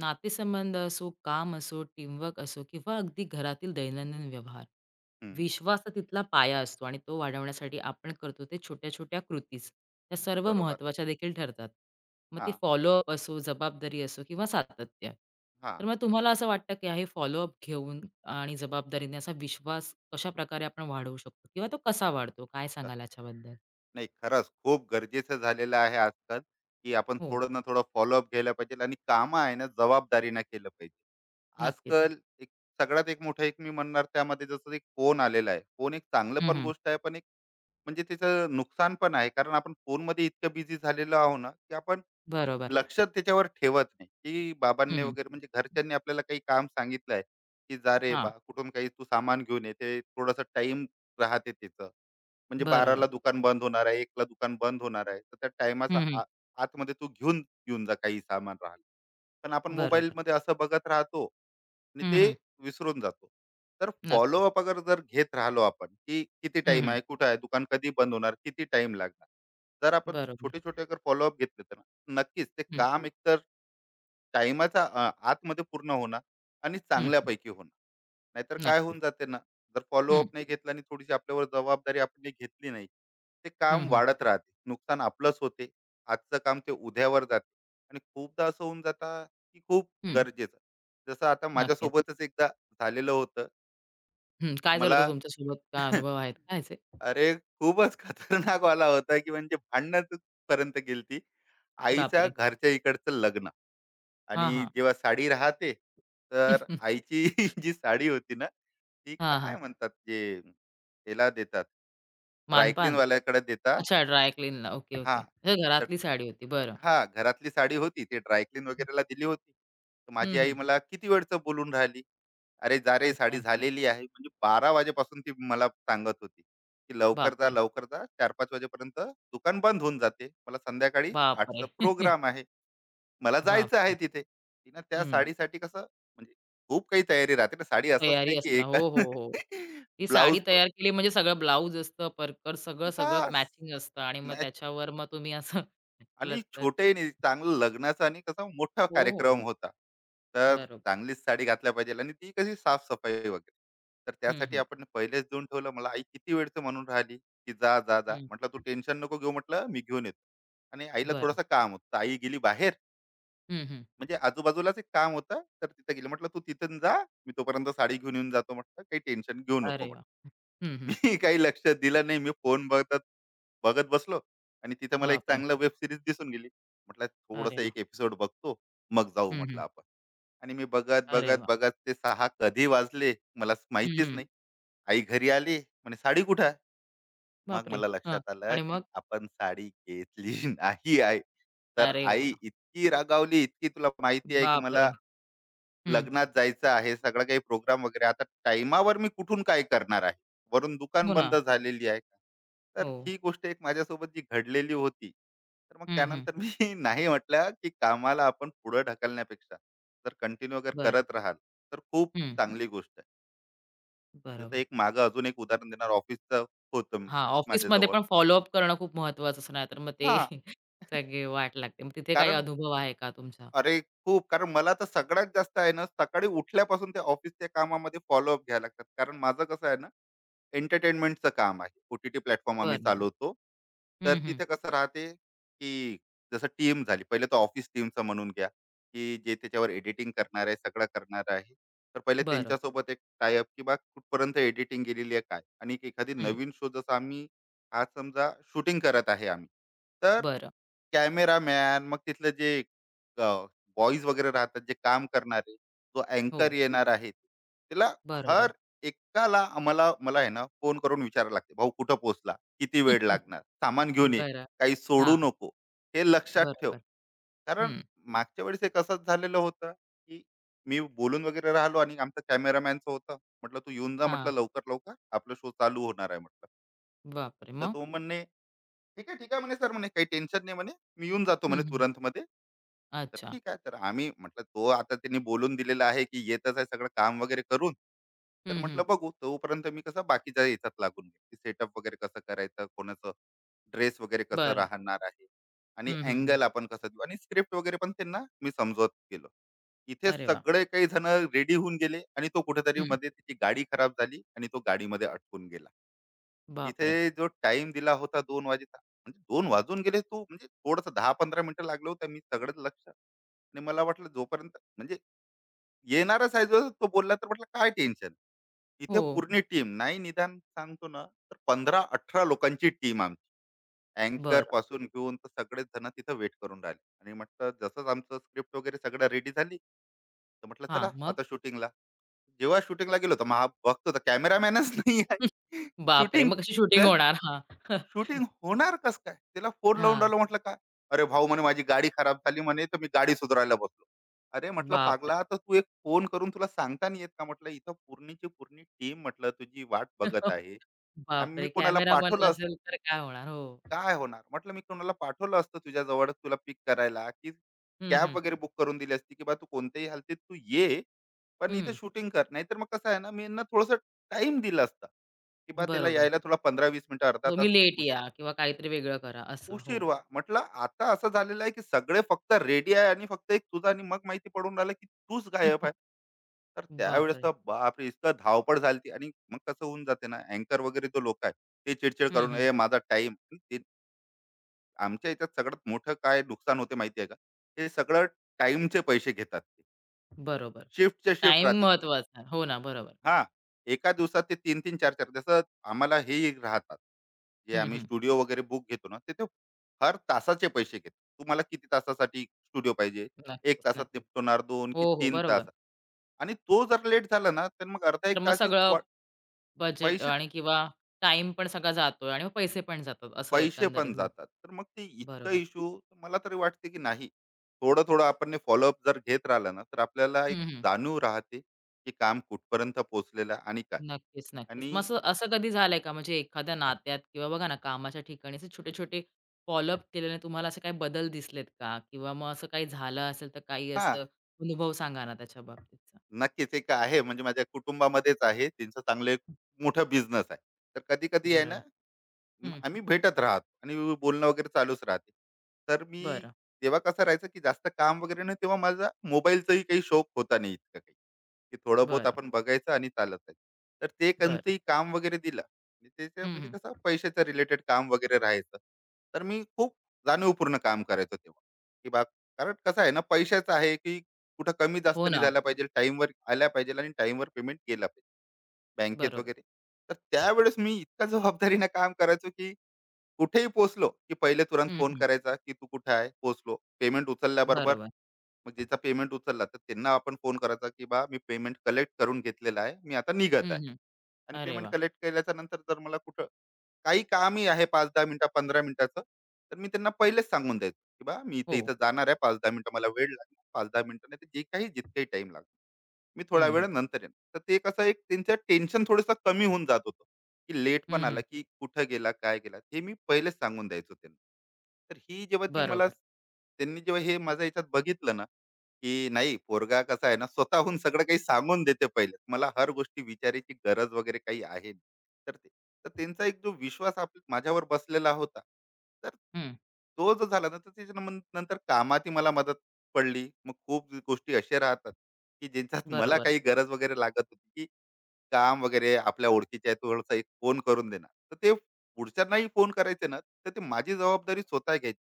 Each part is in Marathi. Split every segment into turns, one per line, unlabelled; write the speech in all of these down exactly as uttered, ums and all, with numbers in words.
नातेसंबंध असो, काम असो, टीमवर्क असो किंवा अगदी घरातील दैनंदिन व्यवहार.
हं,
विश्वास हा तिथला पाया असतो आणि तो वाढवण्यासाठी आपण करतो ते छोट्या-छोट्या कृतीच, त्या सर्व
बरोबर.
महत्त्वाच्या देखील ठरतात. मग ते
हां,
फॉलोअप असो, जबाबदारी असो किंवा सातत्य.
हां.
तर मग तुम्हाला असं वाटतं की हे फॉलोअप घेऊन आणि जबाबदारीने असा विश्वास कशाप्रकारे आपण वाढवू शकतो किंवा तो कसा वाढतो? काय सांगाल
तसं.
याच्याबद्दल?
नाही खरंच खूप गरजेचं झालेलं आहे आजकाल, की आपण
हो,
थोडं ना थोडं फॉलोअप घ्यायला पाहिजे आणि कामं आहे ना जबाबदारीनं केलं पाहिजे.
नक्कीच.
आजकाल एक सगळ्यात एक मोठं एक मी म्हणणार त्यामध्ये जसं एक फोन आलेला आहे. फोन एक चांगलं
हं,
पण
हं.
गोष्ट आहे, पण एक म्हणजे त्याचं नुकसान पण आहे. कारण आपण फोनमध्ये इतकं बिझी झालेलो आहोत ना, की आपण
बरोबर.
लक्ष त्याच्यावर ठेवत नाही, की
हं,
बाबांनी
हं.
वगैरे म्हणजे घरच्यांनी आपल्याला काही काम सांगितलंय, की "जा रे बा,
हां.
कुठून काही तू सामान घेऊन ये." ते थोडासा टाईम राहते त्याचं. म्हणजे
बरोबर.
12:00ला दुकान बंद होणार आहे, 1:00ला दुकान बंद होणार आहे. तर त्या टाईमाच्या
हं, हं.
आ आतमध्ये तू घेऊन येऊन जा काही सामान राहिलं. पण आपण
बरोबर.
मोबाईलमध्ये असं बघत राहतो आणि
हं,
ते
हं.
विसरून जातो. तर
नक्कीच.
फॉलोअप अगर जर घेत राहिलो आपण, की किती
हं,
टाईम
हं.
आहे, कुठं आहे, दुकान कधी बंद होणार, किती टाईम लागणार. जर आपण
बरोबर.
छोटे-छोटे अगर फॉलोअप घेतले तर नक्कीच. ते
हं,
काम एकतर टाईमाच्या अ, आतमध्ये पूर्ण होणार आणि
हं, हं.
चांगल्यापैकी होणार. नाहीतर काय
नक्कीच.
होऊन जाते ना, जर
हं,
फॉलोअप नाही घेतला आणि थोडीशी आपल्यावर जबाबदारी आपण काही घेतली नाही, ते
हं,
काम
हं,
वाढत राहते. नुकसान आपलंच होते. आजचं काम ते उद्यावर जाते आणि खूपदा असं होऊन जातं, की खूप
हं.
गरजेचं. जसं आता
नक्कीच.
माझ्यासोबतच एकदा झालेलं होतं.
हं. काय झालं होतं
मला
तुमच्यासोबत? काय अनुभव आहेत का?
अरे, खूपच खतरनाक वाला होता, की म्हणजे भांडणात पर्यंत गेलती. आईचा
बापरे!
घरच्या इकडचं लग्न
हां,
आणि
हां.
जेव्हा साडी राहते, तर आईची जी साडी होती ना, ती
हां, हां.
काय म्हणतात जे, ह्याला देतात, ड्राय
मानपान?
क्लीनवाल्याकडे देतात.
अच्छा, ड्राय क्लीनला. Okay, okay.
हां,
हे
तर
घरातली साडी होती. बरं.
हां, घरातली साडी होती. ती ड्राय वगैरेला दिली होती. तर
हं,
माझी आई
हं.
मला किती वेळचं बोलून राहिली. "अरे जा रे,
अच्छा.
साडी झालेली आहे." म्हणजे बारा वाजेपासून ती मला सांगत होती, की "लवकर जा,
बापरे!
लवकर जा. चार पाच वाजेपर्यंत दुकान बंद होऊन जाते. मला संध्याकाळी
बापरे!
8चा प्रोग्राम आहे. मला जायचं आहे
बापरे!
तिथे." तिनं त्या
हं.
साडीसाठी कसं म्हणजे खूप काही तयारी राहते ना. साडी असंच
तयारी
नाही
असते
की
ना.
एक
हो, हो, हो. ती साडी
ब्लाउज
तयार केली म्हणजे सगळं ब्लाउज असतं, परकर सगळं, सगळं
हां,
मॅचिंग असतं आणि मग
मॅच
त्याच्यावर मग तुम्ही असं केलत
आणि
तर.
छोटेही नाही चांगलं लग्नाचा आणि कसा मोठा
हो, हो.
कार्यक्रम होता. तर
बरोबर.
चांगलीच साडी घातल्या पाहिजे आणि ती कशी साफ-सफाई वगैरे. तर
हं,
त्यासाठी
हं.
आपण पहिलेच देऊन ठेवलं. मला आई किती वेळचं म्हणून राहिली, की "जा, जा, जा."
हं.
म्हटलं, "तू टेन्शन नको घेऊ." म्हटलं, "मी घेऊन येतो." आणि आईला
बरं.
थोडंसं काम होतं. आई गेली बाहेर
हं, हं.
म्हणजे आजूबाजूलाच एक काम होतं, तर तिथे गेले. म्हटलं, "तू तिथून जा, मी तोपर्यंत साडी घेऊन येऊन जातो," म्हटलं. "काही टेन्शन घेऊ नको,"
अरे वाह!
म्हटलं.
हं, हं.
मी काही लक्ष दिलं नाही. मी फोन बघत बघत बसलो आणि तिथे मला एक
बापरे!
चांगला वेब सिरीज दिसून गेली. म्हटलं,
अरे
"थोडंसं
वाह!
एक एपिसोड बघतो, मग जाऊ,"
हं,
म्हटलं,
हं.
"आपण." आणि मी बघत,
अरे
बघत,
वाह!
बघत ते सहा कधी वाजले मलाच
हं,
माहितीच
हं.
नाही. आई घरी आली, म्हणे, "साडी कुठे आहे?" मग
बापरे!
मला
हां.
लक्षात आलं,
आणि
की
मग?
आपण साडी घेतली नाही आहे. तर
अरे
आई
वाह!
इतकी रागावली, इतकी तुला माहिती आहे, की
बापरे!
मला
हं.
लग्नात जायचं आहे, सगळं काही प्रोग्राम वगैरे. आता टाइमावर मी कुठून काय करणार आहे? वरून दुकान
हो ना.
बंद झालेली आहे. का. तर
हो.
ही गोष्ट एक माझ्यासोबत जी घडलेली होती. तर मग
हं, हं.
त्यानंतर मी नाही म्हटलं, की कामाला आपण पुढं ढकलण्यापेक्षा जर कंटिन्यू अगर
बरं.
करत राहाल, तर खूप
हं.
चांगली गोष्ट आहे. जसं
बरोबर.
एक मागं अजून एक उदाहरण देणार ऑफिसचं होतं
हां, ऑफिसमध्ये
माझ्याजवळ.
पण फॉलोअप करणं खूप महत्त्वाचं असतं, नाहीतर मग ते
हां.
सगळी वाट लागते. मग तिथे काही
कारण
अनुभव आहे का तुमचा?
अरे खूप कारण मला तर सगळ्यात जास्त आहे ना, सकाळी उठल्यापासून ते ऑफिसच्या कामामध्ये फॉलोअप घ्यायला लागतात. कारण माझं कसं आहे ना, एंटरटेनमेंटचं काम आहे. ओ-टी-टी प्लॅटफॉर्म आम्ही
बरं.
चालवतो. तर
हं, हं.
तिथे कसं राहते, की जसं टीम झाली. पहिले तर ऑफिस टीमचं म्हणून घ्या, की जे त्याच्यावर एडिटिंग करणार आहे, सगळं करणार आहे. तर पहिले
बरं.
त्यांच्यासोबत एक टाय अप की बा कुठपर्यंत एडिटिंग गेलेली आहे काय? आणि एक एखादी
हं.
नवीन शो जसं आम्ही आज समजा शूटिंग करत आहे आम्ही. तर
बरं.
कॅमेरामॅन मग तिथलं जे बॉईज वगैरे राहतात, जे काम करणारे, जो अँकर
हो.
येणार आहे, त्याला
बरोबर.
हर एकाला आम्हाला मला आहे ना फोन करून विचारायला लागते, "भाऊ कुठं पोहोचला? किती वेळ लागणार? सामान घेऊन ये.
बरं.
काही
हां.
सोडू नको." हे लक्षात ठेव.
बरोबर.
कारण
हं.
मागच्या वेळेस एक असंच झालेलं होतं, की मी बोलून वगैरे राहिलो आणि आमचा कॅमेरामॅनचं होतं. म्हटलं, "तू येऊन जा," म्हटलं,
हां.
"लवकर, लवकर. आपला शो चालू होणार आहे," म्हटलं.
बापरे!
तर
मग?
तो म्हणे ठीक आहे ठीक आहे म्हणे सर म्हणे काही टेन्शन नाही म्हणे मी येऊन जातो म्हणे तुरंत मध्ये तर
अच्छा.
ठीक आहे तर आम्ही म्हटलं तो आता त्यांनी बोलून दिलेला आहे की येतच आहे सगळं काम वगैरे करून तर
हं, हं.
म्हटलं बघू तोपर्यंत मी कसं बाकीच्या याच्यात लागून गेलो सेटअप वगैरे कसं करायचं कोणाचं ड्रेस वगैरे कसं
बरं.
राहणार आहे आणि
हं, हं, हं.
अँगल आपण कसं देऊ आणि स्क्रिप्ट वगैरे पण त्यांना मी समजवत गेलो इथे
अरे वाह!
सगळे काही जण रेडी होऊन गेले आणि तो कुठेतरी
हं.
मध्ये त्याची गाडी खराब झाली आणि तो गाडीमध्ये अटकून गेला तिथे
बापरे!
जो टाइम दिला होता दोन वाजेचा, म्हणजे दोन वाजून गेले तो म्हणजे थोडंसं दहा पंधरा मिनिटं लागलं होतं मी सगळंच लक्ष आणि मला वाटलं जोपर्यंत म्हणजे येणारच आहे जो तो बोलला तर म्हटलं काय टेन्शन. इथे
हो.
पूर्ण टीम नाही निदान सांगतो ना तर पंधरा अठरा लोकांची टीम आमची. अँकर
बरं.
पासून घेऊन तर सगळेच जण तिथं वेट करून राहिले आणि म्हटलं जसंच आमचं स्क्रिप्ट वगैरे सगळं रेडी झाली, तर म्हटलं
हां,
चला
मग?
आता शूटिंगला. जेव्हा शूटिंगला गेलो तर मग हा बघतो तर कॅमेरामॅनच नाही आहे.
बापरे!
शूटिंग
मग कशी शूटिंग होणार? हां. हां.
शूटिंग होणार कसं काय? त्याला फोन लावून राहिलो म्हटलं काय? "अरे भाऊ," म्हणे, "माझी गाडी खराब झाली," म्हणे, "तर मी गाडी सुधारायला बसलो." अरे म्हटलं,
बापरे!
"पागला, तर तू एक फोन करून तुला सांगता नाही येत का?" म्हटलं, "इथं पूर्णीची पूर्णी टीम," म्हटलं, "तुझी वाट बघत आहे. आणि मी
बापरे!
कोणाला
कॅमेरामन
पाठवलं असतं
नसेल तर काय होणार? हो.
काय होणार?" म्हटलं, "मी कोणाला पाठवलं असतं तुझ्याजवळ तुला पिक करायला की
हं,
कॅब
हं.
वगैरे बुक करून दिली असती की बा तू कोणत्याही हालतीत तू ये, पण इथे
हं.
शूटिंग कर. नाहीतर मग कसं आहे ना, मी यांना थोडंसं टाईम दिला असता की बा त्याला
बरोबर.
यायला थोडा पंधरा वीस मिनिटं, अर्धा
तुम्ही
तास
लेट या किंवा काहीतरी वेगळं करा असं. हो.
उशीर व्हा. म्हटलं आता असं झालेलं आहे, की सगळे फक्त रेडी आहे आणि फक्त एक तुझा आणि मग माहिती पडून राहिलं, की तूच गायब आहे. तर त्यावेळेस
बापरे!
तर बापरे! इतकं धावपळ झाली आणि मग कसं होऊन जाते ना, अँकर वगैरे जो लोक आहे, ते चिडचिड
हं,
करून,
हं.
"ए माझा टाइम, ते आमच्या याच्यात सगळ्यात मोठं काय नुकसान होते माहिती आहे का? हे सगळं टाईमचे पैसे घेतात.
बरोबर.
शिफ्टच्या शिफ्ट
टाईम
राहते.
महत्वाचा. हो ना, बरोबर.
हां. एका दिवसात ते तीन तीन चार 4 जसं आम्हाला हेही राहतात. जे
हं,
आम्ही
हं.
स्टुडिओ वगैरे बुक घेतो ना, तिथे हर तासाचे पैसे घेतात. तुम्हाला किती तासासाठी स्टुडिओ पाहिजे? एक
नक्कीच,
तासात
नक्कीच.
निपटवणार, दोन की
हो, हो.
तीन
बरोबर.
तासात. आणि तो जर लेट झाला ना, तर मग अर्धा
तर
एक
मग
तासही
सगळं
वा
बजेट आणि किंवा टाईम पण सगळा जातोय आणि मग पैसे पण जातात असं
पैसे
एकंदरीत
पण
होतं.
जातात. तर मग ते इतका
बरोबर.
इश्यू मला तरी वाटते की नाही. थोडं-थोडं आपण फॉलोअप जर घेत राहिलं ना, तर आपल्याला एक
हं, हं.
जाणीव राहते, की काम कुठपर्यंत पोहोचलेलं आहे आणि काय?
नक्कीच, नक्कीच.
आणि
मग असं असं कधी झालंय का म्हणजे एखाद्या नात्यात किंवा बघा ना कामाच्या ठिकाणी असे छोटे-छोटे फॉलो केल्याने तुम्हाला असे काही बदल दिसलेत का? किंवा मग असं काही झालं असेल तर काही
हां.
असं अनुभव सांगा ना त्याच्या बाबतीतचा?
नक्कीच. एक आहे म्हणजे माझ्या कुटुंबामध्येच आहे. त्यांचा चांगला एक मोठा बिझनेस आहे. तर कधी-कधी आहे ना,
बरोबर.
म-
हं.
आम्ही भेटत राहत आणि बोलणं वगैरे चालूच राहते तर मी
बरं,
तेव्हा कसं राहायचं की जास्त काम वगैरे नाही तेव्हा माझा मोबाईलचाही काही शौक होता नाही इतकं काही की थोडं बहुत
बरं,
आपण बघायचं आणि चालत जायचं तर ते
बरं.
कोणतंही काम वगैरे दिलं आणि त्याचं
हं,
म्हणजे
हं.
कसं पैशाचं रिलेटेड काम वगैरे राहायचं तर मी खूप जाणीवपूर्ण काम करायचो तेव्हा की बा कारण कसं आहे ना पैशाचं आहे की कुठं कमी
हो
जास्त नाही
ना.
झाला पाहिजे टाईमवर आल्या पाहिजे आणि टाईमवर पेमेंट केला पाहिजे बँकेत
बरोबर.
वगैरे तर त्यावेळेस मी इतका जबाबदारीनं काम करायचो की कुठेही पोहोचलो, की पहिले तुरंत
हं,
फोन
हं.
करायचा, की "तू कुठे आहे? पोहोचलो." पेमेंट उचलल्याबरोबर
बरोबर.
मग ज्याचा पेमेंट उचलला, तर त्यांना आपण फोन करायचा, की "बा, मी पेमेंट कलेक्ट करून घेतलेला आहे. मी आता निघत
हं,
आहे."
हं.
आणि
अरे
पेमेंट
वाह!
कलेक्ट केल्याच्या नंतर जर मला कुठं काही कामही आहे पाच दहा मिनिटं, पंधरा मिनिटाचं, तर मी त्यांना पहिलेच सांगून द्यायचो, की "बा, मी
हो.
इथे-इथे जाणार आहे. पाच दहा मिनिटं मला वेळ लागणार. पाच दहा मिनिटं नाही तर जे काही जितकाही टाईम लागणार. मी थोड़ा
हं,
वेळ
हं.
नंतर येणार." तर ते कसं एक त्यांचं टेन्शन थोडंसं कमी होऊन जात होतं, की लेट पण
हं,
आला,
हं.
की कुठं गेला, काय गेला, हे मी पहिलेच सांगून द्यायचो त्यांना. तर ही जेव्हा ती मला
बरोबर.
त्यांनी जेव्हा हे माझ्या ह्याच्यात बघितलं ना, की नाही पोरगा कसा आहे ना, स्वतःहून सगळं काही सांगून देते पहिलेच. मला हर गोष्टी विचारायची गरज वगैरे काही आहे, नाही. तर ते तर त्यांचा एक जो विश्वास आप माझ्यावर बसलेला होता, तर
हं.
तो जो झाला ना, तर त्याच्या मन नंतर कामातही मला मदत पडली. मग खूप गोष्टी अशा राहतात, की ज्यांच्यात मला
बरोबर.
काही गरज वगैरे लागत होती, की काम वगैरे आपल्या ओळखीचे आहेत, थोडासा एक फोन करून देणार. तर ते पुढच्यांनाही फोन करायचे ना, तर ते माझी जबाबदारी स्वतः घ्यायची.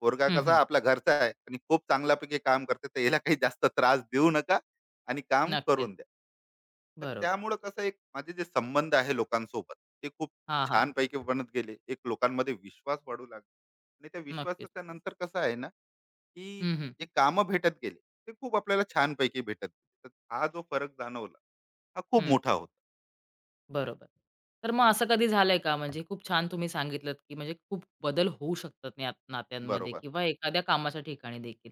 पोरगा
हं,
कसा
हं.
आपला घरचा आहे आणि खूप चांगल्यापैकी काम करते, तर याला काही जास्त त्रास देऊ नका आणि काम
नक्कीच.
करून द्या. तर
बरोबर.
त्यामुळं कसं एक माझे जे संबंध आहे लोकांसोबत ते खूप
हां, हां.
छानपैकी बनत गेले. एक लोकांमध्ये विश्वास वाढू लागला आणि त्या
नक्कीच.
विश्वासाच्या नंतर कसं आहे ना, की
हं, हं.
जे कामं भेटत गेले, ते खूप आपल्याला छानपैकी भेटत. गेले. तर हा जो फरक जाणवला, हा खूप
हं.
मोठा होता.
बरोबर. तर मग
हं,
असं कधी झालंय का म्हणजे खूप छान तुम्ही सांगितलत, की म्हणजे खूप बदल होऊ शकतात नात नात्यांमध्ये
बरोबर.
किंवा एखाद्या कामाच्या ठिकाणी देखील.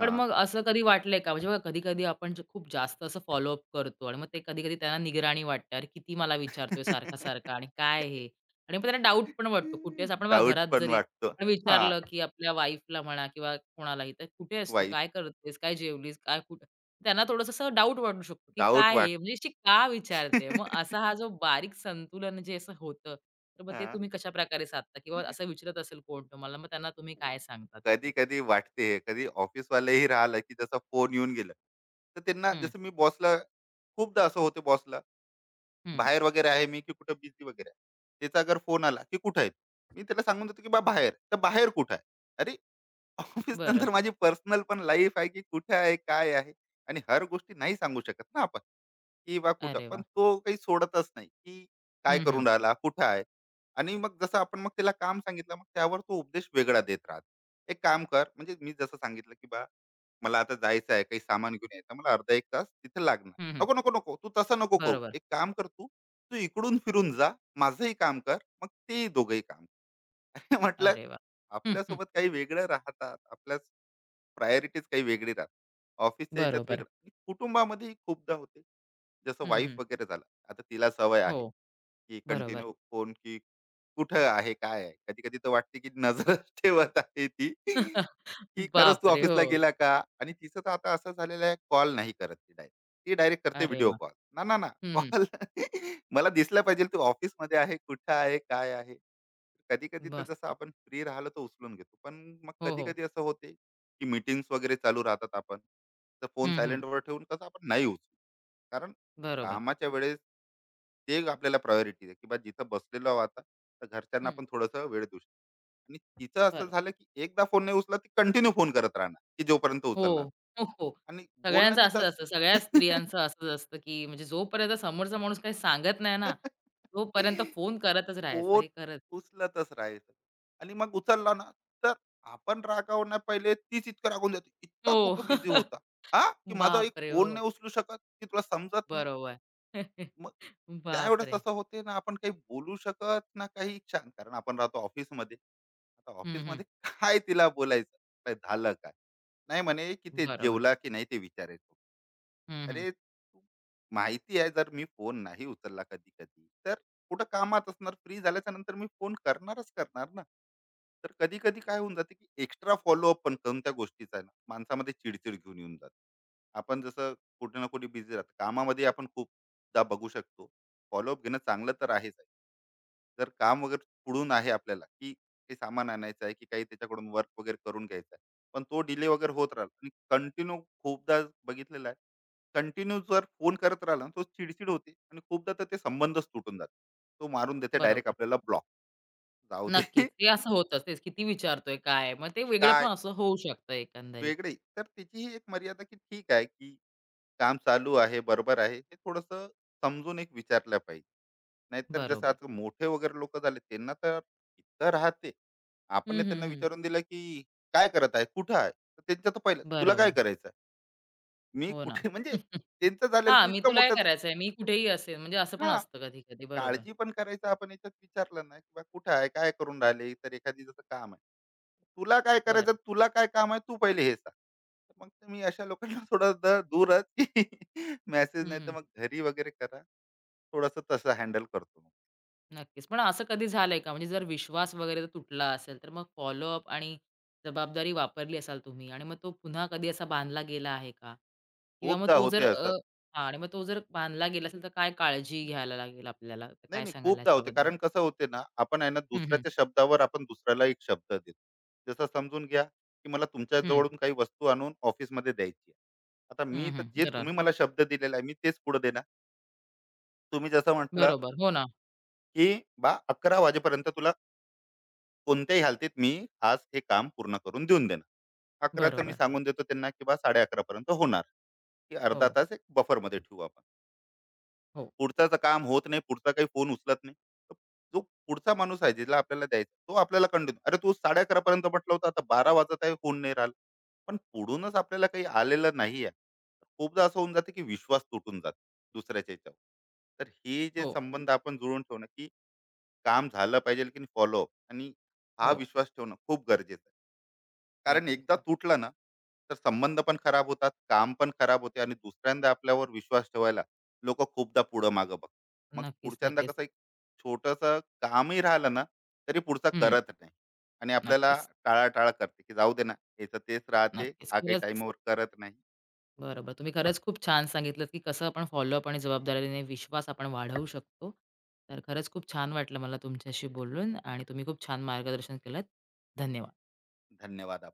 पण मग असं कधी वाटलंय का? म्हणजे बघा कधी-कधी आपण जे खूप जास्त असं फॉलोअप करतो आणि मग ते कधी-कधी त्यांना निगराणी वाटते. अरे, किती मला विचारतोय सारखा-सारखा आणि काय हे? आणि मग त्यांना डाऊट पण वाटतो. कुठे आपण बघा
डाउट
घरात
पण
जरी
वाटतो.
आपण
हां,
विचारलं, की आपल्या वाईफला म्हणा किंवा कोणालाही, तर "कुठे आहेस तू?
वाईफ
काय करतेस? काय जेवलीस? काय कुठं?" त्यांना थोडंसं असं डाउट वाटू शकतो, की
डाउट
काय हे? म्हणजे
वाटते.
अशी का विचारते? मग असा हा जो बारीक संतुलन जे असं होतं, तर मग ते
हां.
तुम्ही कशाप्रकारे साधता? किंवा असं विचारत असेल कोण तुम्हाला, मग त्यांना तुम्ही काय सांगता
कधी
तिथे?
कधी वाटते कधी ऑफिसवालेही राहिलं की जसं फोन येऊन गेलं तर त्यांना
हं,
जसं मी बॉसला खूपदा असं होते बॉसला
हं.
बाहेर वगैरे आहे मी की कुठं बिझी वगैरे आहे त्याचा अगर फोन आला की कुठं आहे मी त्याला सांगून देतो की बा बाहेर तर बाहेर कुठं आहे अरे ऑफिस
बरं.
नंतर माझी पर्सनल पण लाईफ आहे की कुठे आहे, काय आहे. आणि हर गोष्टी नाही सांगू शकत ना आपण, की बा कुठं.
अरे
पण
वाह!
तो काही सोडतच नाही, की काय
हं, हं.
करून राहिला, कुठं आहे. आणि मग जसं आपण मग त्याला काम सांगितलं, मग त्यावर तो उपदेश वेगळा देत राहतो. "एक काम कर," म्हणजे मी जसं सांगितलं, की "बा, मला आता जायचं आहे, काही सामान घेऊन यायचं, मला अर्धा एक तास तिथे लागणार."
हं, हं.
"नको, नको, नको. तू तसं नको करू.
बरोबर.
एक काम कर तू, तू इकडून फिरून जा. माझंही काम कर. मग तेही दोघंही काम." म्हटलं
अरे वाह! हं, हं.
आपल्यासोबत काही वेगळं राहतात आपल्या प्रायोरिटीज काही वेगळी राहतात. ऑफिसच्या याच्यात
बरोबर.
वेगळं आणि कुटुंबामध्येही खूपदा होते. जसं
हं,
वाईफ
हं.
वगैरे झाला, आता तिला सवय
हो.
आहे की
बरोबर.
कंटिन्यू फोन की कुठं आहे काय आहे. कधी कधी तर वाटते की नजर ठेवत आहे ती की खरंच तू
बापरे! हो.
ऑफिसला गेला का. आणि तिचं तर आता असं झालेलं आहे, कॉल नाही करत ती डायरेक्ट. ती डायरेक्ट करते
अरे
व्हिडिओ
वाह!
कॉल ना ना ना
हं, हं.
कॉल. मला दिसला पाहिजे तू ऑफिसमध्ये आहे कुठं आहे काय आहे. कधी कधी तर जसं
मस्त.
आपण फ्री राहिलं तर उचलून घेतो. पण मग
हो,
कधी
हो.
कधी असं होते की मीटिंग्स वगैरे चालू राहतात आपण, तर फोन
हं, हं.
सायलेंटवर ठेवून कसं आपण नाही उचलू. कारण
बरोबर.
कामाच्या वेळेस ते एक आपल्याला प्रायोरिटी आहे की बा जिथं बसलेलो आहोत आता, तर घरच्यांना
हं.
आपण थोडंसं वेळ देऊ शकतो. आणि तिचं असं
बरं.
झालं की एकदा फोन नाही उचला ती कंटिन्यू फोन करत राहणार की जोपर्यंत उचलणार.
हो. हो, हो.
आणि बोलणं
सगळ्यांचं
तिचं
असंच असतं. सगळ्या
असं-
स्त्रियांचं असंच असतं, की म्हणजे जोपर्यंत समोरचा माणूस काही सांगत नाही ना, तोपर्यंत फोन करतच राहायचं. हे
पोट
खरंच.
उचलतच राहायचं. आणि मग उचलला ना तर आपण रागावण्या पहिले तीच इतकं रागून जाते
हो.
इतका कुठं बिझी होता, हा की माझा एक
बापरे!
फोन
हो.
नाही उचलू शकत की तुला समजत नाही.
बरोबर.
मग त्यावेळेस
बापरे!
असं होते ना आपण काही बोलू शकत ना काही छान, कारण आपण राहतो ऑफिसमध्ये. आता
हं, हं.
ऑफिसमध्ये काय तिला बोलायचं काय झालं काय. नाही म्हणे की ते
बरोबर.
जेवला की नाही ते विचारायचं.
हं, हं.
अरे तू- माहिती आहे जर मी फोन नाही उचलला कधी कधी तर कुठं कामात असणार, फ्री झाल्याच्या नंतर मी फोन करणारच करणार ना. तर कधी कधी काय होऊन जाते की एक्स्ट्रा फॉलोअप पण करून त्या गोष्टीचा आहे ना माणसामध्ये चिडचिड घेऊन येऊन जाते. आपण जसं कुठे ना कुठे बिझी राहतो कामामध्ये आपण खूप दा बघू शकतो. फॉलोअप घेणं चांगलं तर आहेच आहे. जर काम वगैरे पुढून आहे आपल्याला, की काही सामान आणायचं आहे, की काही त्याच्याकडून वर्क वगैरे करून घ्यायचं आहे. पण तो डिले वगैरे होत राहिला आणि कंटिन्यू खूपदा बघितलेला आहे. कंटिन्यू जर फोन करत राहिला ना, तो चिडचिड होते आणि खूपदा तर ते संबंधच तुटून जातात. तो मारून देते डायरेक्ट
बरोबर.
आपल्याला ब्लॉक. जाऊ दे.
नक्कीच. हे असं होतंच. तेच किती विचारतोय, काय? मग ते वेगळं पण
काय
असं होऊ शकतं एकंदरीत.
वेगळे तर त्याची ही एक मर्यादा, की ठीक आहे, की काम चालू आहे, बरोबर आहे, हे थोडंसं समजून एक विचारलं पाहिजे. नाहीतर जसं
बरोबर.
आता मोठे वगैरे लोकं झाले त्यांना तर इतकं राहते. आपण
हं, हं,
त्यांना
हं.
विचारून दिलं, की "काय करत आहे? कुठं आहे?" तर त्यांचं तर पहिलं, "तुला काय
बरोबर.
करायचं आहे? मी
हो ना.
कुठे?" म्हणजे त्यांचं झालेलं,
हां,
"तू
मी
इतका
तुला हे
मोठा."
करायचंय, मी कुठेही असेल म्हणजे असं पण
हां,
असतं कधी-कधी. बरोबर.
काळजी पण करायचं आपण याच्यात विचारलं ना, की बा कुठं आहे? काय करून राहिले? तर एखादी जसं काम आहे. तुला काय
बरं.
करायचं? तुला काय काम आहे? तू पहिले हे सांग. तर मग तुम्ही अशा लोकांना थोडं द दूरच मेसेज
हं,
नाही तर
हं.
मग घरी वगैरे करा. थोडंसं तसं हँडल करतो.
नक्कीच. पण असं कधी झालंय का? म्हणजे जर विश्वास वगैरे जर तुटला असेल, तर मग फॉलोअप आणि जबाबदारी वापरली असाल तुम्ही आणि मग तो पुन्हा कधी असा बांधला गेला आहे का? किंवा मग
खूपदा
तो जर
होते
अ,
असं.
हां आणि मग तो जर बांधला गेला असेल, तर काय काळजी घ्यायला लागेल आपल्याला? तर
नाही,
काय
नाही
सांगाल
खूपदा होते.
याच्याबद्दल?
कारण कसं होते ना, आपण आहे ना
हं, हं.
दुसऱ्याच्या शब्दावर आपण दुसऱ्याला एक शब्द देतो. जसं समजून घ्या, की मला
हं.
तुमच्याजवळून काही वस्तू आणून ऑफिसमध्ये द्यायची आहे. आता
हं,
मी तर
हं.
जे
बरो
तुम्ही मला शब्द दिलेला आहे, मी तेच पुढे देणार. तुम्ही जसं म्हटलं
बरोबर. हो ना.
की बा अकरा वाजेपर्यंत तुला कोणत्याही हालतीत मी आज हे काम पूर्ण करून देऊन देणार. अकराचं मी हं.
बरोबर.
सांगून देतो त्यांना की बा साडे अकरा पर्यंत होणार, की अर्धा
हो,
तास एक बफरमध्ये ठेवू आपण.
हो,
पुढच्याचं काम होत नाही, पुढचा काही फोन उचलत नाही. तर जो पुढचा माणूस आहे ज्याला आपल्याला द्यायचा, तो आपल्याला कंटिन्यू, "अरे, तू साडे अकरा पर्यंत म्हटलं होतं, आता बारा वाजत आहे, होऊन नाही राहिला." पण पुढूनच आपल्याला काही आलेलं नाही आहे. खूपदा असं होऊन जातं, की विश्वास तुटून जातो दुसऱ्याच्या ह्याच्यावर. तर हे जे
हो,
संबंध आपण जुळवून ठेवणं, की काम झालं पाहिजे, लेकिन फॉलोअप आणि हा
हो.
विश्वास ठेवणं खूप गरजेचं आहे. कारण
नक्कीच,
एकदा
नक्कीच.
तुटला ना, तर संबंध पण खराब होतात, काम पण खराब होते आणि दुसऱ्यांदा आपल्यावर विश्वास ठेवायला लोक खूपदा पुढं मागं बघ, मग
नक्कीच,
पुढच्यांदा
नक्कीच.
कसं एक छोटंसं कामही राहिलं ना तरी पुढचा
हं.
करत नाही आणि आपल्याला
नक्कीच,
टाळाटाळ करते की जाऊ दे ना याचं तेच राहते
नक्कीच.
हा काही
खरंच
टाईमवर करत नाही.
बरोबर. तुम्ही खरंच खूप छान सांगितलत, की कसं आपण फॉलोअप आणि जबाबदारीने विश्वास आपण वाढवू शकतो. तर खरंच खूप छान वाटलं मला तुमच्याशी बोलून आणि तुम्ही खूप छान मार्गदर्शन केलंत. धन्यवाद.
धन्यवाद.